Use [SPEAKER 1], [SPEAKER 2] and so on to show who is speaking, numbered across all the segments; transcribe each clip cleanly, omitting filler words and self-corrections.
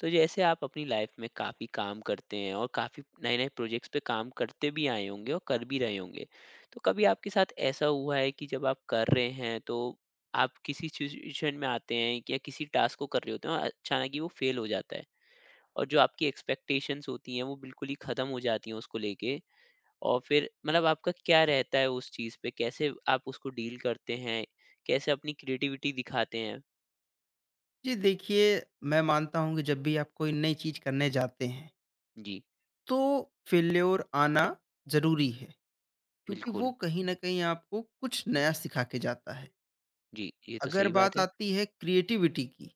[SPEAKER 1] तो जैसे आप अपनी लाइफ में काफ़ी काम करते हैं और काफ़ी नए नए प्रोजेक्ट्स पे काम करते भी आए होंगे और कर भी रहे होंगे। तो कभी आपके साथ ऐसा हुआ है कि जब आप कर रहे हैं, तो आप किसी सिचुएशन में आते हैं या किसी टास्क को कर रहे होते हैं और अचानक ही वो फेल हो जाता है और जो आपकी एक्सपेक्टेशंस होती हैं वो बिल्कुल ही ख़त्म हो जाती हैं उसको लेके। और फिर मतलब आपका क्या रहता है उस चीज़ पे, कैसे आप उसको डील करते हैं, कैसे अपनी क्रिएटिविटी दिखाते हैं?
[SPEAKER 2] जी देखिए, मैं मानता हूँ कि जब भी आप कोई नई चीज़ करने जाते हैं,
[SPEAKER 1] जी।
[SPEAKER 2] तो फेल्योर आना ज़रूरी है, क्योंकि वो
[SPEAKER 1] बिल्कुल।
[SPEAKER 2] कहीं न कहीं आपको कुछ नया सिखा के जाता है।
[SPEAKER 1] जी, ये तो
[SPEAKER 2] अगर
[SPEAKER 1] सही बात
[SPEAKER 2] बात
[SPEAKER 1] है।
[SPEAKER 2] आती है क्रिएटिविटी की,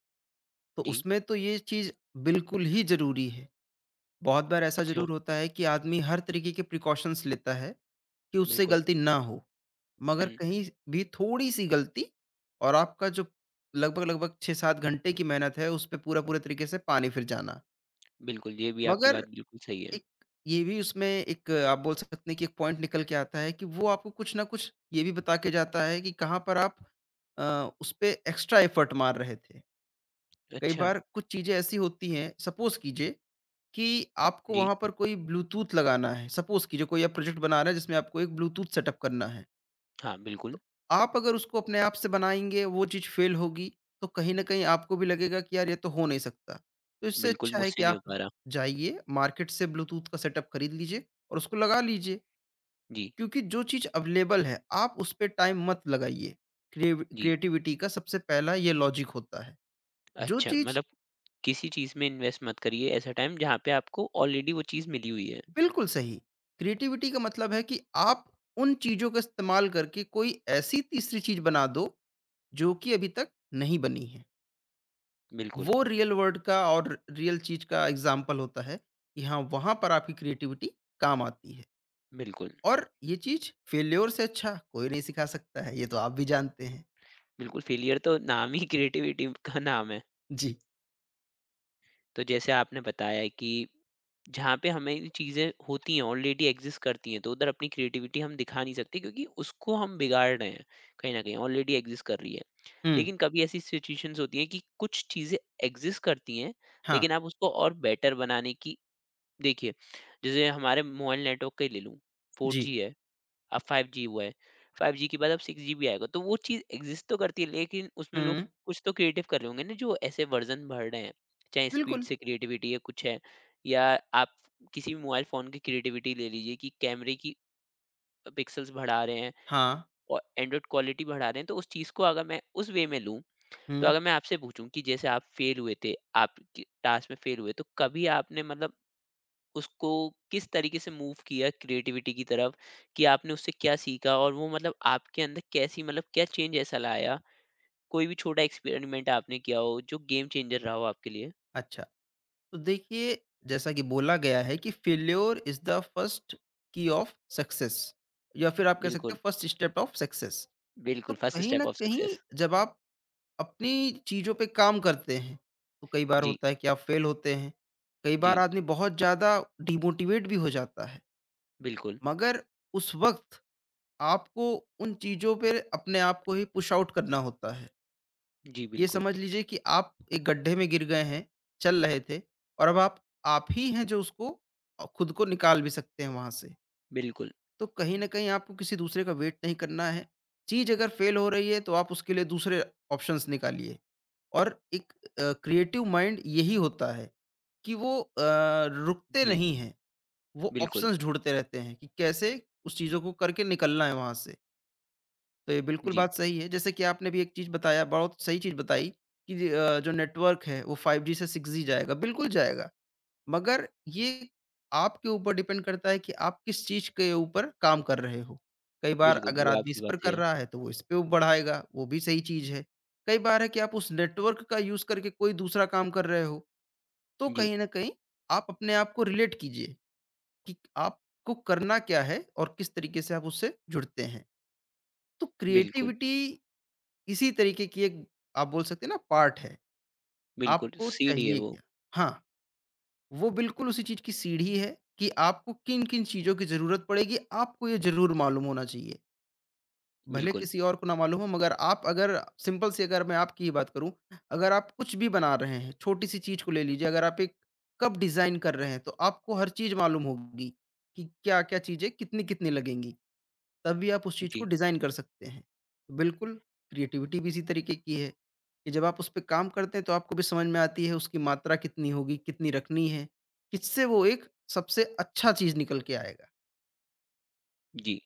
[SPEAKER 2] तो
[SPEAKER 1] जी।
[SPEAKER 2] उसमें तो ये चीज़ बिल्कुल ही ज़रूरी है। बहुत बार ऐसा
[SPEAKER 1] अच्छा।
[SPEAKER 2] ज़रूर होता है कि आदमी हर तरीके के प्रिकॉशंस लेता है, कि उससे
[SPEAKER 1] बिल्कुल।
[SPEAKER 2] गलती ना हो। मगर
[SPEAKER 1] हुँ,
[SPEAKER 2] कहीं भी थोड़ी-सी गलती और आपका जो लगभग-लगभग 6-7 घंटे की मेहनत है, उस पे पूरा-पूरे तरीके से पानी फिर जाना।
[SPEAKER 1] बिल्कुल, ये भी आपकी बात
[SPEAKER 2] मगर
[SPEAKER 1] बिल्कुल सही है।
[SPEAKER 2] एक ये भी उसमें एक आप बोल सकते हैं कि एक पॉइंट निकल के आता है कि वो आपको कुछ ना कुछ ये भी बता के जाता है कि कहाँ पर आप अ, उस पे एक्स्ट्रा एफर्ट मार रहे थे। कई
[SPEAKER 1] अच्छा।
[SPEAKER 2] बार कुछ चीज़ें ऐसी होती हैं सपोज़ कीजिए कि आपको
[SPEAKER 1] जी,
[SPEAKER 2] वहाँ पर कोई ब्लूटूथ लगाना है, सपोज़ कीजिए कोई आप प्रोजेक्ट बना रहे हैं जिसमें आपको एक ब्लूटूथ सेटअप करना है।
[SPEAKER 1] हाँ, बिल्कुल।
[SPEAKER 2] तो आप अगर उसको अपने आप से बनाएँगे, वो चीज़ फ़ेल होगी, तो कहीं न कहीं आपको भी लगेगा कि यार ये तो हो नहीं सकता। तो इससे
[SPEAKER 1] बिल्कुल
[SPEAKER 2] अच्छा है
[SPEAKER 1] मुझसे
[SPEAKER 2] कि
[SPEAKER 1] नहीं हो
[SPEAKER 2] आप
[SPEAKER 1] पा रहा।
[SPEAKER 2] जाइए, मार्केट से ब्लूटूथ का सेटअप खरीद लीजिए और उसको लगा लीजिए,
[SPEAKER 1] जी।
[SPEAKER 2] क्योंकि जो चीज़ अवेलेबल है, आप उस पे टाइम मत लगाइए। क्रिएव
[SPEAKER 1] जी।
[SPEAKER 2] क्रिएटिविटी का सबसे पहला ये लॉजिक होता है। जो
[SPEAKER 1] अच्छा,
[SPEAKER 2] चीज़
[SPEAKER 1] मतलब किसी चीज़ में इन्वेस्ट मत करिए ऐसा टाइम जहाँ पे आपको ऑलरेडी वो चीज़ मिली हुई है।
[SPEAKER 2] बिल्कुल सही, क्रिएटिविटी का मतलब है कि आप उन चीज़ों का इस्तेमाल करके कोई ऐसी तीसरी चीज़ बना दो, जो कि अभी तक नहीं बनी है।
[SPEAKER 1] बिल्कुल।
[SPEAKER 2] वो रियल वर्ल्ड का और रियल चीज़ का एग्ज़ाम्पल होता है कि हाँ, वहाँ पर आपकी क्रिएटिविटी काम आती है।
[SPEAKER 1] बिल्कुल।
[SPEAKER 2] और ये चीज़ फेल्योर से अच्छा कोई नहीं सिखा सकता है, ये तो आप भी जानते हैं।
[SPEAKER 1] बिल्कुल फेलियर तो नाम ही क्रिएटिविटी का नाम है।
[SPEAKER 2] जी।
[SPEAKER 1] तो जैसे आपने बताया कि जहाँ पे हमें ये चीज़ें होती हैं, ऑलरेडी एक्ज़िस्ट करती हैं, तो उधर अपनी क्रिएटिविटी हम दिखा नहीं सकते क्योंकि उसको हम बिगाड़ रहे हैं, कहीं न कहीं ऑलरेडी एक्ज़िस्ट कर रही है।
[SPEAKER 2] हुँ,
[SPEAKER 1] लेकिन कभी ऐसी सिचुएशंस होती हैं कि कुछ चीज़ें एग्जिस्ट करती हैं,
[SPEAKER 2] हाँ,
[SPEAKER 1] लेकिन आप उसको और बेटर बनाने की। देखिए, जैसे हमारे मोबाइल नेटवर्क का ही ले लूँ,
[SPEAKER 2] जी।
[SPEAKER 1] 4G है, अब 5G हुआ है, 5G के बाद अब 6G भी आएगा, तो वो चीज़ एग्जिस्ट तो करती है, लेकिन उसमें लोग
[SPEAKER 2] हुँ,
[SPEAKER 1] कुछ तो क्रिएटिव कर रहे होंगे ना, जो ऐसे वर्ज़न भर रहे हैं। चाहे स्पीड
[SPEAKER 2] बिल्कुल।
[SPEAKER 1] से क्रिएटिविटी है, कुछ है, या आप किसी भी मोबाइल फ़ोन की क्रिएटिविटी ले लीजिए कि कैमरे की पिक्सेल्स बढ़ा रहे हैं
[SPEAKER 2] हाँ,
[SPEAKER 1] और एंड्रॉइड क्वालिटी बढ़ा रहे हैं, तो उस चीज़ को अगर मैं उस वे में लूँ, तो
[SPEAKER 2] हुँ,
[SPEAKER 1] अगर मैं आपसे पूछूं कि जैसे आप फेल हुए थे, आप कि टास्क में फेल हुए, तो कभी आपने मतलब उसको किस तरीके से मूव किया क्रिएटिविटी की तरफ कि आपने उससे क्या सीखा और वो मतलब आपके अंदर कैसी मतलब क्या चेंज ऐसा लाया? कोई भी छोटा एक्सपेरिमेंट आपने किया हो जो गेम चेंजर रहा हो आपके लिए?
[SPEAKER 2] अच्छा। तो देखिए, जैसा कि बोला गया है कि failure is the first key of success या फिर आप कह सकते
[SPEAKER 1] बिल्कुल,
[SPEAKER 2] हैं फर्स्ट स्टेप ऑफ सक्सेस। तो
[SPEAKER 1] बिल्कुल फर्स्ट
[SPEAKER 2] कहीं
[SPEAKER 1] स्टेप
[SPEAKER 2] न
[SPEAKER 1] ऑफ
[SPEAKER 2] कहीं
[SPEAKER 1] सक्सेस।
[SPEAKER 2] जब आप अपनी चीज़ों पे काम करते हैं। तो कई बार
[SPEAKER 1] जी।
[SPEAKER 2] होता है कि आप फेल होते हैं, कई बार
[SPEAKER 1] जी,
[SPEAKER 2] आदमी बहुत ज़्यादा डिमोटिवेट भी हो जाता है।
[SPEAKER 1] बिल्कुल।
[SPEAKER 2] मगर उस वक़्त आपको उन चीज़ों पे अपने आप को ही पुश आउट करना होता है।
[SPEAKER 1] जी,
[SPEAKER 2] ये
[SPEAKER 1] बिल्कुल।
[SPEAKER 2] समझ लीजिए कि आप एक गड्ढे में गिर गए हैं, चल रहे थे और अब आप ही हैं जो उसको खुद को निकाल भी सकते हैं वहाँ से।
[SPEAKER 1] बिल्कुल।
[SPEAKER 2] तो कहीं न कहीं आपको किसी दूसरे का वेट नहीं करना है। चीज़ अगर फेल हो रही है तो आप उसके लिए दूसरे ऑप्शंस निकालिए। और एक क्रिएटिव माइंड यही होता है कि वो रुकते
[SPEAKER 1] जी,
[SPEAKER 2] नहीं हैं, वो
[SPEAKER 1] बिल्कुल।
[SPEAKER 2] ऑप्शंस ढूँढते रहते हैं कि कैसे उस चीज़ों को करके निकलना है वहाँ से। तो ये बिल्कुल
[SPEAKER 1] जी,
[SPEAKER 2] बात सही है, जैसे कि आपने भी एक चीज़ बताया, बहुत सही चीज़ बताई कि जो नेटवर्क है वो 5G से 6G जाएगा, बिल्कुल जाएगा। मगर ये आपके ऊपर डिपेंड करता है कि आप किस चीज़ के ऊपर काम कर रहे हो। कई बार
[SPEAKER 1] बिल्कुल,
[SPEAKER 2] अगर
[SPEAKER 1] वो
[SPEAKER 2] आदमी इस
[SPEAKER 1] आपकी बात
[SPEAKER 2] पर
[SPEAKER 1] सही
[SPEAKER 2] कर
[SPEAKER 1] है।
[SPEAKER 2] रहा है तो वो इस पे बढ़ाएगा, वो भी सही चीज़ है। कई बार है कि आप उस नेटवर्क का यूज़ करके कोई दूसरा काम कर रहे हो, तो
[SPEAKER 1] जी,
[SPEAKER 2] कहीं न कहीं आप अपने आप को रिलेट कीजिए कि आपको करना क्या है और किस तरीके से आप उससे जुड़ते हैं। तो
[SPEAKER 1] बिल्कुल।
[SPEAKER 2] क्रिएटिविटी इसी तरीके की एक आप बोल सकते हैं ना पार्ट है,
[SPEAKER 1] बिल्कुल,
[SPEAKER 2] आपको
[SPEAKER 1] सीढ़ी है
[SPEAKER 2] चाहिए
[SPEAKER 1] वो।
[SPEAKER 2] क्या? हाँ। वो बिल्कुल उसी चीज़ की सीढ़ी है कि आपको किन-किन चीज़ों की ज़रूरत पड़ेगी, आपको ये ज़रूर मालूम होना चाहिए। भले
[SPEAKER 1] बिल्कुल।
[SPEAKER 2] किसी और को ना मालूम हो मगर आप अगर सिंपल सी अगर मैं आपकी ही बात करूँ, अगर आप कुछ भी बना रहे हैं, छोटी-सी चीज़ को ले लीजिए, अगर आप एक कप डिज़ाइन कर रहे हैं, तो आपको हर चीज़ मालूम होगी कि क्या-क्या चीज़ें कितनी-कितनी लगेंगी। तब भी आप उस चीज़ को
[SPEAKER 1] जी।
[SPEAKER 2] डिज़ाइन कर सकते हैं। तो बिल्कुल, क्रिएटिविटी भी इसी तरीके की है कि जब आप उस पे काम करते हैं तो आपको भी समझ में आती है उसकी मात्रा कितनी होगी, कितनी रखनी है, किससे वो एक सबसे अच्छा चीज़ निकल के आएगा।
[SPEAKER 1] जी।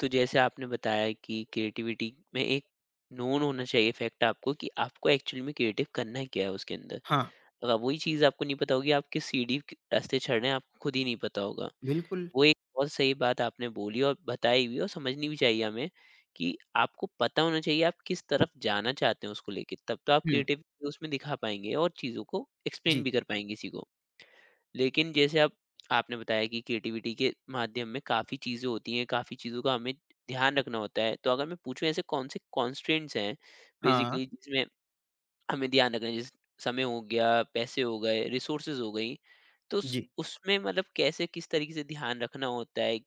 [SPEAKER 1] तो जैसे आपने बताया कि क्रिएटिविटी में एक नोन होना चाहिए फैक्ट आपको कि आपको एक्चुअली में क्रिएटिव करना क्या है उसके अंदर।
[SPEAKER 2] हाँ,
[SPEAKER 1] अगर वही चीज़ आपको नहीं पता होगी, आप किस सीढ़ी के रास्ते चढ़ रहे हैं आपको खुद ही नहीं पता होगा।
[SPEAKER 2] बिल्कुल।
[SPEAKER 1] वो एक बहुत सही बात आपने बोली और बताई भी, और समझनी भी चाहिए हमें कि आपको पता होना चाहिए आप किस तरफ जाना चाहते हैं उसको लेके, तब तो आप
[SPEAKER 2] हुँ,
[SPEAKER 1] क्रिएटिविटी उसमें दिखा पाएंगे और चीज़ों को एक्सप्लेन
[SPEAKER 2] जी।
[SPEAKER 1] भी कर पाएंगे किसी को। लेकिन जैसे अब आपने बताया कि क्रिएटिविटी के माध्यम में काफ़ी चीज़ें होती हैं, काफ़ी चीज़ों का हमें ध्यान रखना होता है। तो अगर मैं पूछूँ, ऐसे कौन से कॉन्स्ट्रेंट्स हैं
[SPEAKER 2] हाँ,
[SPEAKER 1] बेसिकली जिसमें हमें ध्यान रखना है? जैसे समय हो गया, पैसे हो गए, रिसोर्सेज़ हो गई। तो उस
[SPEAKER 2] जी।
[SPEAKER 1] उसमें मतलब कैसे किस तरीके से ध्यान रखना होता है?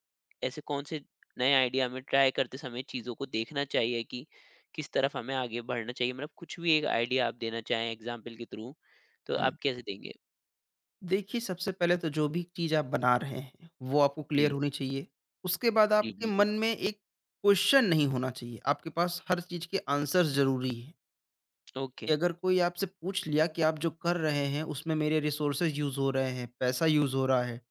[SPEAKER 1] ऐसे कौन से नए आइडिया हमें ट्राई करते समय चीज़ों को देखना चाहिए कि किस तरफ हमें आगे बढ़ना चाहिए? मतलब कुछ भी एक आइडिया आप देना चाहें एग्ज़ाम्पल के थ्रू, तो
[SPEAKER 2] हुँ।
[SPEAKER 1] आप कैसे देंगे?
[SPEAKER 2] देखिए, सबसे पहले तो जो भी चीज़ आप बना रहे हैं, वो आपको क्लियर
[SPEAKER 1] जी,
[SPEAKER 2] होनी चाहिए। उसके बाद
[SPEAKER 1] जी
[SPEAKER 2] आपके
[SPEAKER 1] बिल्कुल।
[SPEAKER 2] मन में एक क्वेश्चन नहीं होना चाहिए। आपके पास हर चीज़ के आंसर्स ज़रूरी हैं।
[SPEAKER 1] ओके।
[SPEAKER 2] कि अगर कोई आपसे पूछ लिया कि आप जो कर रहे हैं उसमें मेरे रिसोर्सेज यूज़ हो रहे हैं, पैसा यूज़ हो रहा है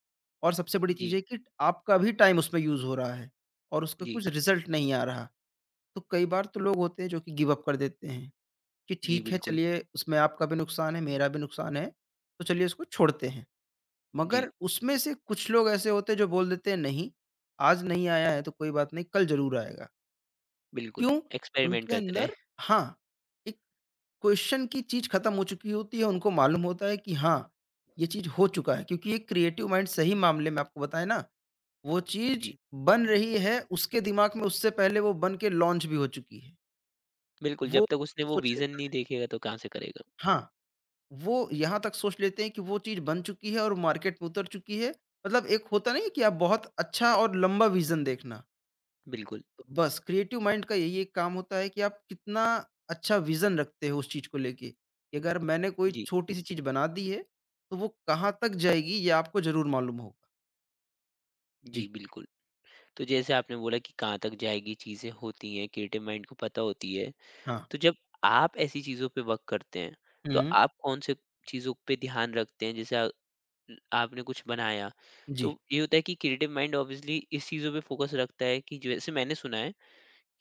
[SPEAKER 2] और सबसे बड़ी चीज़
[SPEAKER 1] जी।
[SPEAKER 2] है कि आपका भी टाइम उसमें यूज़ हो रहा है और उसका
[SPEAKER 1] जी।
[SPEAKER 2] कुछ रिज़ल्ट नहीं आ रहा। तो कई बार तो लोग होते हैं जो कि गिव अप कर देते हैं कि
[SPEAKER 1] जी,
[SPEAKER 2] ठीक है
[SPEAKER 1] बिल्कुल।
[SPEAKER 2] चलिए उसमें आपका भी नुकसान है, मेरा भी नुकसान है, तो चलिए इसको छोड़ते हैं।
[SPEAKER 1] जी,
[SPEAKER 2] मगर उसमें से कुछ लोग ऐसे होते हैं जो बोल देते हैं नहीं, आज नहीं आया है तो कोई बात नहीं, कल ज़रूर आएगा।
[SPEAKER 1] बिल्कुल,
[SPEAKER 2] क्यों?
[SPEAKER 1] एक्सपेरिमेंट
[SPEAKER 2] उनके
[SPEAKER 1] करते रहें।
[SPEAKER 2] अंदर हाँ, एक क्वेश्चन की चीज़ खत्म हो चुकी होती है, उनको मालूम होता है कि हाँ, ये चीज़ हो चुका है क्योंकि एक क्रिएटिव माइंड सही मामले में आपको बताएँ ना, वो चीज़
[SPEAKER 1] जी,
[SPEAKER 2] बन रही है, उसके दिमाग में उससे पहले वो बन के लॉन्च भी हो चुकी है।
[SPEAKER 1] बिल्कुल,
[SPEAKER 2] वो
[SPEAKER 1] जब तक उसने
[SPEAKER 2] ये
[SPEAKER 1] वो
[SPEAKER 2] सोच
[SPEAKER 1] विज़न
[SPEAKER 2] लेता
[SPEAKER 1] नहीं
[SPEAKER 2] है।
[SPEAKER 1] देखेगा तो कहाँ से करेगा?
[SPEAKER 2] हाँ, वो यहाँ तक सोच लेते हैं कि वो चीज़ बन चुकी है और मार्केट में उतर चुकी है। मतलब एक होता नहीं है कि आप बहुत अच्छा और लंबा विज़न देखना।
[SPEAKER 1] बिल्कुल।
[SPEAKER 2] बस क्रिएटिव माइंड का यही एक काम होता है कि आप कितना अच्छा विजन रखते हो उस चीज को लेके कि अगर मैंने कोई
[SPEAKER 1] जी।
[SPEAKER 2] छोटी सी चीज बना दी है तो वो कहाँ तक जाएगी ये आपको जरूर मालूम होगा।
[SPEAKER 1] जी,
[SPEAKER 2] जी।
[SPEAKER 1] बिल्कुल। तो जैसे आपने बोला कि कहाँ तक जाएगी, चीज़ें होती हैं, क्रिएटिव माइंड को पता होती है।
[SPEAKER 2] हाँ।
[SPEAKER 1] तो जब आप ऐसी चीज़ों पे वर्क करते हैं, तो
[SPEAKER 2] हम्म।
[SPEAKER 1] आप कौन से चीज़ों पे ध्यान रखते हैं? जैसे आपने कुछ बनाया,
[SPEAKER 2] जी।
[SPEAKER 1] तो ये होता है कि क्रिएटिव माइंड ऑब्वियसली इस चीज़ों पे फोकस रखता है कि जैसे मैंने सुना है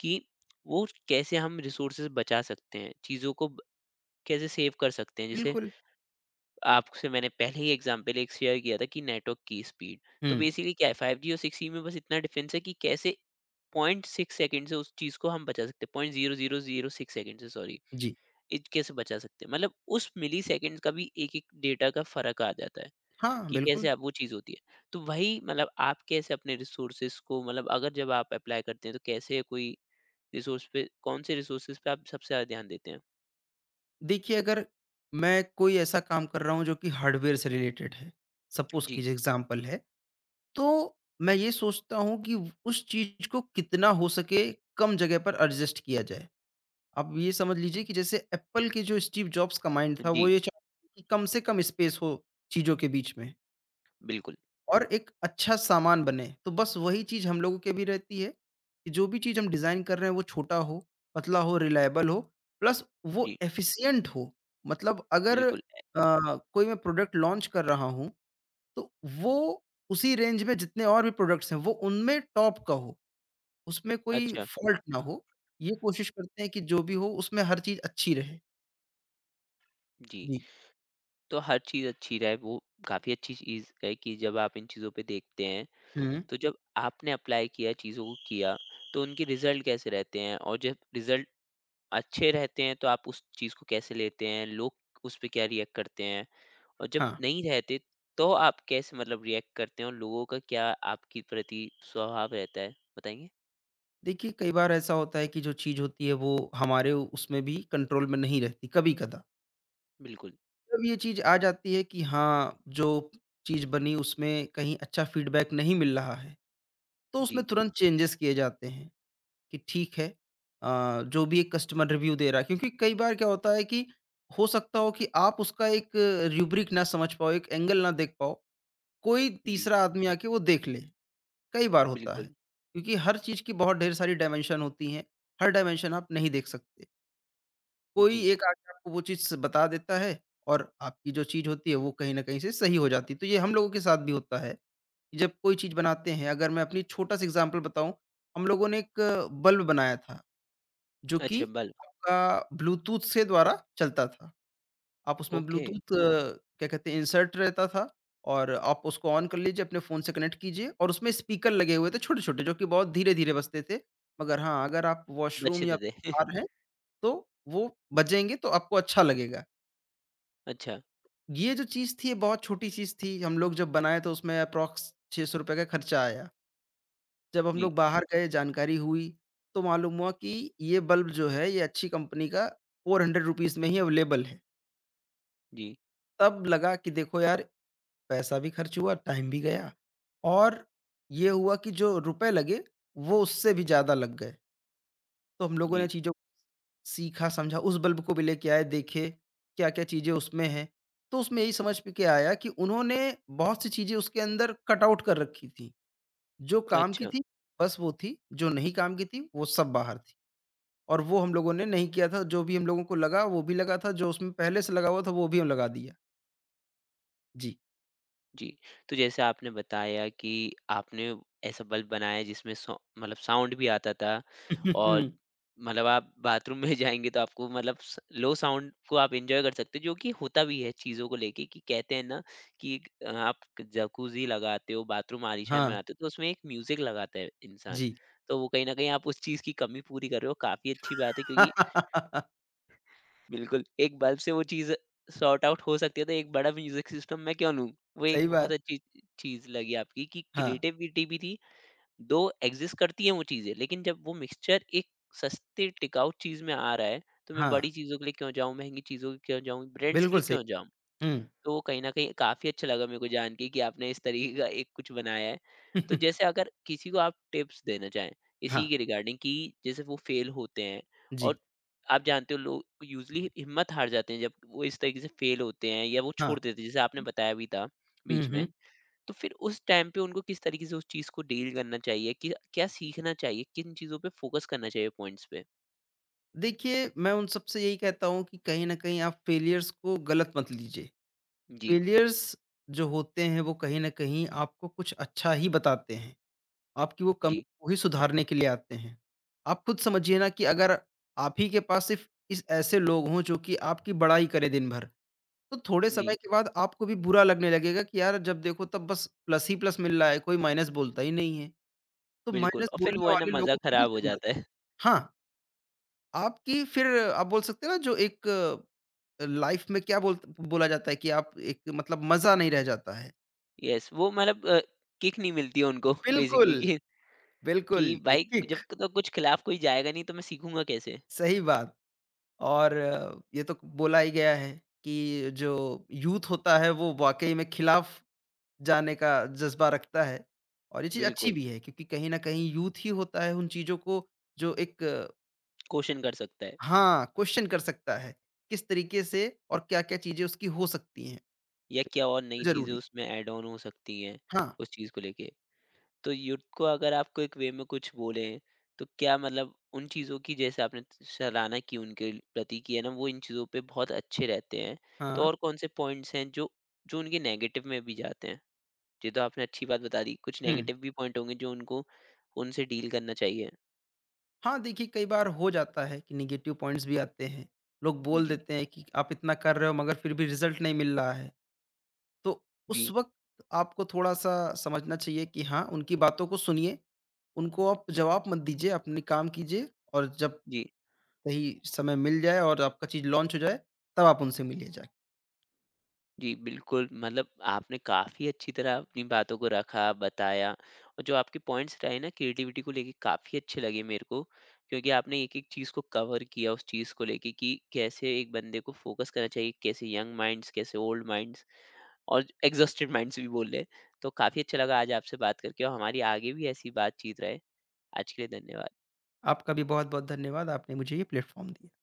[SPEAKER 1] कि वो कैसे हम रिसोर्सेज़ बचा सकते हैं, चीज़ों को ब कैसे सेव कर सकते हैं। जैसे
[SPEAKER 2] बिल्कुल।
[SPEAKER 1] आपसे मैंने पहले ही एग्जांपल एक शेयर किया था कि नेटवर्क की स्पीड। तो
[SPEAKER 2] हम्म।
[SPEAKER 1] बेसिकली क्या है 5G और 6G में बस इतना डिफरेंस है कि कैसे 0.6 सेकंड से उस चीज़ को हम बचा सकते हैं। 0.0006 सेकंड से, सॉरी,
[SPEAKER 2] जी।
[SPEAKER 1] इत कैसे बचा सकते हैं। मतलब उस मिली सेकंड का भी एक-एक डेटा का फ़र्क आ जाता है
[SPEAKER 2] हाँ,
[SPEAKER 1] कि कैसे
[SPEAKER 2] बिल्कुल।
[SPEAKER 1] आप वो चीज़ होती है। तो वही मतलब आप कैसे अपने रिसोर्सेज़ को मतलब अगर जब आप अप्लाई करते हैं तो कैसे कोई रिसोर्स पे कौन से रिसोर्सेज़ पे आप सबसे ज़्यादा ध्यान देते हैं?
[SPEAKER 2] देखिए, अगर मैं कोई ऐसा काम कर रहा हूँ जो कि हार्डवेयर से रिलेटेड है, सपोज
[SPEAKER 1] जी।
[SPEAKER 2] कीजिए एग्जाम्पल है, तो मैं ये सोचता हूँ कि उस चीज को कितना हो सके कम जगह पर एडजस्ट किया जाए। आप ये समझ लीजिए कि जैसे एप्पल के जो स्टीव जॉब्स का माइंड था वो
[SPEAKER 1] जी,
[SPEAKER 2] ये चाहते थे कि कम से कम स्पेस हो चीज़ों के बीच में
[SPEAKER 1] बिल्कुल।
[SPEAKER 2] और एक अच्छा सामान बने। तो बस वही चीज़ हम लोगों के भी रहती है कि जो भी चीज़ हम डिज़ाइन कर रहे हैं वो छोटा हो, पतला हो, रिलायबल हो प्लस
[SPEAKER 1] जी,
[SPEAKER 2] वो एफ़िशिएंट हो। मतलब अगर
[SPEAKER 1] बिल्कुल।
[SPEAKER 2] कोई मैं प्रोडक्ट लॉन्च कर रहा हूँ तो वो उसी रेंज में जितने और भी प्रोडक्ट्स हैं वो उनमें टॉप का हो, उसमें कोई
[SPEAKER 1] अच्छा।
[SPEAKER 2] फ़ॉल्ट ना हो। ये कोशिश करते हैं कि जो भी हो उसमें हर चीज़ अच्छी रहे।
[SPEAKER 1] जी।
[SPEAKER 2] जी।
[SPEAKER 1] तो हर चीज़ अच्छी रहे, वो काफ़ी अच्छी चीज़ है कि जब आप इन चीज़ों पे देखते हैं,
[SPEAKER 2] हुँ,
[SPEAKER 1] तो जब आपने अप्लाई किया, चीज़ों को किया, तो उनके रिज़ल्ट कैसे रहते हैं? और जब रिज़ल्ट अच्छे रहते हैं, तो आप उस चीज़ को कैसे लेते हैं? लोग उस पे क्या रिएक्ट करते हैं? और जब
[SPEAKER 2] हाँ।
[SPEAKER 1] नहीं रहते, तो आप कैसे मतलब रिएक्ट करते हैं और लोगों का क्या आपके प्रति स्वभाव रहता है? बताएँगे?
[SPEAKER 2] देखिए, कई बार ऐसा होता है कि जो चीज़ होती है वो उसमें भी कंट्रोल में नहीं रहती, कभी-कदा।
[SPEAKER 1] बिल्कुल।
[SPEAKER 2] जब ये चीज़ आ जाती है कि हाँ, जो चीज़ बनी उसमें कहीं अच्छा फीडबैक नहीं मिल रहा है, तो उसमें
[SPEAKER 1] जी,
[SPEAKER 2] तुरंत चेंजेस किए जाते हैं कि ठीक है जो भी एक कस्टमर रिव्यू दे रहा है क्योंकि कई बार क्या होता है कि हो सकता हो कि आप उसका एक रूब्रिक ना समझ पाओ, एक एंगल ना देख पाओ, कोई
[SPEAKER 1] जी,
[SPEAKER 2] तीसरा आदमी आके वो देख ले। कई बार होता है
[SPEAKER 1] बिल्कुल।
[SPEAKER 2] क्योंकि हर चीज़ की बहुत ढेर सारी डायमेंशन होती हैं, हर डायमेंशन आप नहीं देख सकते। कोई
[SPEAKER 1] जी।
[SPEAKER 2] एक आके आपको वो चीज़ बता देता है और आपकी जो चीज़ होती है वो कहीं न कहीं से सही हो जाती है। तो ये हम लोगों के साथ भी होता है, कि जब कोई चीज़ बनाते हैं अगर मैं अपनी छोटा-सा एग्ज़ाम्पल बताऊँ, हम लोगों ने एक बल्ब बनाया था जो कि
[SPEAKER 1] अच्छा, बल्ब।
[SPEAKER 2] आपका ब्लूटूथ से द्वारा चलता था। आप उसमें
[SPEAKER 1] ओके,
[SPEAKER 2] ब्लूटूथ क्या कहते हैं इंसर्ट रहता था और आप उसको ऑन कर लीजिए, अपने फ़ोन से कनेक्ट कीजिए और उसमें स्पीकर लगे हुए थे छोटे-छोटे जो कि बहुत धीरे-धीरे बजते थे। मगर हाँ, अगर आप
[SPEAKER 1] बचे
[SPEAKER 2] वॉशरूम या
[SPEAKER 1] थे।
[SPEAKER 2] बाहर हैं तो वो बजेंगे तो आपको अच्छा लगेगा।
[SPEAKER 1] अच्छा।
[SPEAKER 2] ये जो चीज़ थी ये बहुत छोटी चीज़ थी। हम लोग जब बनाए तो उसमें अप्रॉक्स ₹600 का खर्चा आया। जब हम
[SPEAKER 1] जी।
[SPEAKER 2] लोग बाहर गए जानकारी हुई तो मालूम हुआ कि ये बल्ब जो है ये अच्छी कंपनी का ₹400 में ही अवेलेबल है।
[SPEAKER 1] जी।
[SPEAKER 2] तब लगा कि देखो यार पैसा भी खर्च हुआ, टाइम भी गया और ये हुआ कि जो रुपए लगे, वो उससे भी ज़्यादा लग गए। तो हम लोगों
[SPEAKER 1] जी,
[SPEAKER 2] ने चीज़ों सीखा, समझा, उस बल्ब को भी लेके आए, देखे, क्या-क्या चीज़ें उसमें हैं। तो उसमें यही समझ में के आया कि उन्होंने बहुत सी चीज़ें उसके अंदर कट आउट कर रखी थी। जो काम की
[SPEAKER 1] अच्छा,
[SPEAKER 2] थी, बस वो थी, जो नहीं काम की थी, वो सब बाहर थी और वो हम लोगों ने नहीं किया था। जो भी हम लोगों को लगा, वो भी लगा था, जो उसमें पहले से लगा हुआ था, वो भी हम लगा दिया। जी।
[SPEAKER 1] जी। तो जैसे आपने बताया कि आपने ऐसा बल्ब बनाया जिसमें सौ मतलब साउंड भी आता था, और मतलब आप बाथरूम में जाएँगे तो आपको मतलब स लो साउंड को आप एन्जॉय कर सकते हो, जो कि होता भी है चीज़ों को लेके कि कहते हैं ना कि एक आप जकूज़ी लगाते हो, बाथरूम आलीशान
[SPEAKER 2] हाँ,
[SPEAKER 1] बनाते हो, तो उसमें एक म्यूज़िक लगाता है इंसान।
[SPEAKER 2] जी।
[SPEAKER 1] तो वो कहीं न कहीं आप उस चीज़ की कमी पूरी कर रहे हो, काफ़ी अच्छी बात है क्योंकि बिल्कुल, एक बल्ब से वो चीज़ सॉर्ट आउट हो सकती है तो एक बड़ा म्यूज़िक सिस्टम मैं क्यों लूँ? वो एक
[SPEAKER 2] सही
[SPEAKER 1] बहुत
[SPEAKER 2] बात।
[SPEAKER 1] अच्छी चीज़ लगी आपकी कि
[SPEAKER 2] हाँ,
[SPEAKER 1] क्रिएटिविटी भी थी, 2 एक्ज़िस्ट करती हैं वो चीज़ें, लेकिन जब वो मिक्सचर एक सस्ते टिकाऊ चीज़ में आ रहा है, तो मैं
[SPEAKER 2] हाँ,
[SPEAKER 1] बड़ी चीज़ों के लिए क्यों जाऊँ, महँगी चीज़ों के लिए क्यों जाऊँ, ब्रांड्स के लिए
[SPEAKER 2] बिल्कुल सही।
[SPEAKER 1] क्यों जाऊँ?
[SPEAKER 2] हुँ।
[SPEAKER 1] तो कहीं न कहीं काफ़ी अच्छा लगा मेरे को जान के कि आपने इस तरीके का एक कुछ बनाया है। तो जैसे अगर किसी को आप टिप्स देना चाहें, इसी
[SPEAKER 2] हाँ,
[SPEAKER 1] के रिगार्डिंग कि जैसे वो फेल होते हैं और
[SPEAKER 2] जी,
[SPEAKER 1] आप जानते हो लोग यूज़ुअली हिम्मत हार जाते हैं जब वो इस तरीके से फेल होते हैं या वो
[SPEAKER 2] हाँ।
[SPEAKER 1] छोड़ देते हैं, जैसे आपने बताया भी था
[SPEAKER 2] हुँ,
[SPEAKER 1] बीच में।
[SPEAKER 2] हुँ।
[SPEAKER 1] तो फिर उस टाइम पे उनको किस तरीके से उस चीज़ को डील करना चाहिए? कि क्या सीखना चाहिए? किन चीज़ों पे फोकस करना चाहिए पॉइंट्स पे?
[SPEAKER 2] देखिए, मैं उन सबसे यही कहता हूँ कि कहीं न कहीं आप फेलियर्स को गलत मत लीजिए।
[SPEAKER 1] जी।
[SPEAKER 2] फेलियर्स जो होते हैं वो कहीं न कहीं आपको कुछ अच्छा ही बताते हैं। आपकी वो कमी
[SPEAKER 1] जी।
[SPEAKER 2] को ही सुधारने के लिए आते हैं। आप खुद समझिए ना कि अगर आप ही के पास सिर्फ़ इस ऐसे लोग हों जो कि आपकी बड़ाई करें दिन भर तो थोड़े समय
[SPEAKER 1] जी,
[SPEAKER 2] के बाद आपको भी बुरा लगने लगेगा कि यार जब देखो तब बस प्लस ही प्लस मिल रहा है, कोई माइनस बोलता ही नहीं है। तो
[SPEAKER 1] बिल्कुल,
[SPEAKER 2] माइनस
[SPEAKER 1] और फिर वो
[SPEAKER 2] बोलने
[SPEAKER 1] है ना
[SPEAKER 2] वाले
[SPEAKER 1] मज़ा
[SPEAKER 2] लोगों की भी
[SPEAKER 1] खराब हो
[SPEAKER 2] ज़रूरत
[SPEAKER 1] जाता
[SPEAKER 2] है।
[SPEAKER 1] है।
[SPEAKER 2] हाँ, आपकी फिर आप बोल सकते हैं ना जो एक लाइफ़ में क्या बोला जाता है कि आप एक मतलब मज़ा नहीं रह जाता है।
[SPEAKER 1] यस, वो मतलब किक नहीं मिलती है उनको
[SPEAKER 2] बिल्कुल,
[SPEAKER 1] बेसिकली कि
[SPEAKER 2] बिल्कुल, ये
[SPEAKER 1] भाई जब
[SPEAKER 2] किक
[SPEAKER 1] तक कुछ खिलाफ कोई जाएगा नहीं तो मैं सीखूंगा कैसे।
[SPEAKER 2] सही बात। और ये तो बोला ही गया है कि जो यूथ होता है वो वाक़ई में खिलाफ जाने का जज़्बा रखता है और ये चीज़ अच्छी
[SPEAKER 1] बिल्कुल,
[SPEAKER 2] भी है क्योंकि कहीं न कहीं यूथ ही होता है उन चीज़ों को जो एक
[SPEAKER 1] क्वेश्चन कर सकता है
[SPEAKER 2] हाँ, क्वेश्चन कर सकता है, किस तरीके से और क्या-क्या चीज़ें उसकी हो सकती हैं,
[SPEAKER 1] या क्या और नई
[SPEAKER 2] तो
[SPEAKER 1] चीजें
[SPEAKER 2] ज़रूरी है।
[SPEAKER 1] उसमें ऐड ऑन हो सकती हैं
[SPEAKER 2] हाँ,
[SPEAKER 1] उस चीज को लेके। तो युद्ध को अगर आपको एक वे में कुछ बोले, तो क्या मतलब उन चीजों की जैसे आपने सराहना की उनके प्रति की है ना, वो इन चीजों पे बहुत अच्छे रहते हैं। तो
[SPEAKER 2] हाँ,
[SPEAKER 1] और कौन से पॉइंट्स हैं जो जो उनके नेगेटिव में भी जाते हैं, ये तो आपने अच्छी बात बता दी। कुछ
[SPEAKER 2] हुँ।
[SPEAKER 1] नेगेटिव भी पॉइंट होंगे जो उनको उनसे डील करना चाहिए।
[SPEAKER 2] हाँ, देखिए कई बार हो जाता है कि नेगेटिव पॉइंट्स भी आते हैं। लोग बोल
[SPEAKER 1] जी।
[SPEAKER 2] देते हैं कि आप इतना कर रहे हो मगर फिर भी रिज़ल्ट नहीं मिल रहा है। तो
[SPEAKER 1] जी।
[SPEAKER 2] उस वक़्त आपको थोड़ा-सा समझना चाहिए कि हाँ, उनकी बातों को सुनिए, उनको आप जवाब मत दीजिए, अपने काम कीजिए और जब
[SPEAKER 1] जी।
[SPEAKER 2] सही समय मिल जाए और आपका चीज़ लॉन्च हो जाए, तब आप उनसे मिलिए जाके।
[SPEAKER 1] जी, बिल्कुल मतलब आपने काफ़ी अच्छी तरह अपनी बातों को रखा, बताया, और जो आपके पॉइंट्स रहे ना क्रिएटिविटी को लेके काफ़ी अच्छे लगे मेरे को क्योंकि आपने एक-एक चीज़ को कवर किया उस चीज़ को लेके कि कैसे एक बंदे को फोकस करना चाहिए, कैसे यंग माइंड्स, कैसे ओल्ड माइंड्स और एग्ज़ॉस्टेड माइंड्स भी बोल लें। तो काफ़ी अच्छा लगा आज आपसे बात करके और हमारी आगे भी ऐसी बातचीत रहे। आज के लिए धन्यवाद।
[SPEAKER 2] आपका भी बहुत-बहुत धन्यवाद, आपने मुझे ये प्लेटफ़ॉर्म दिया।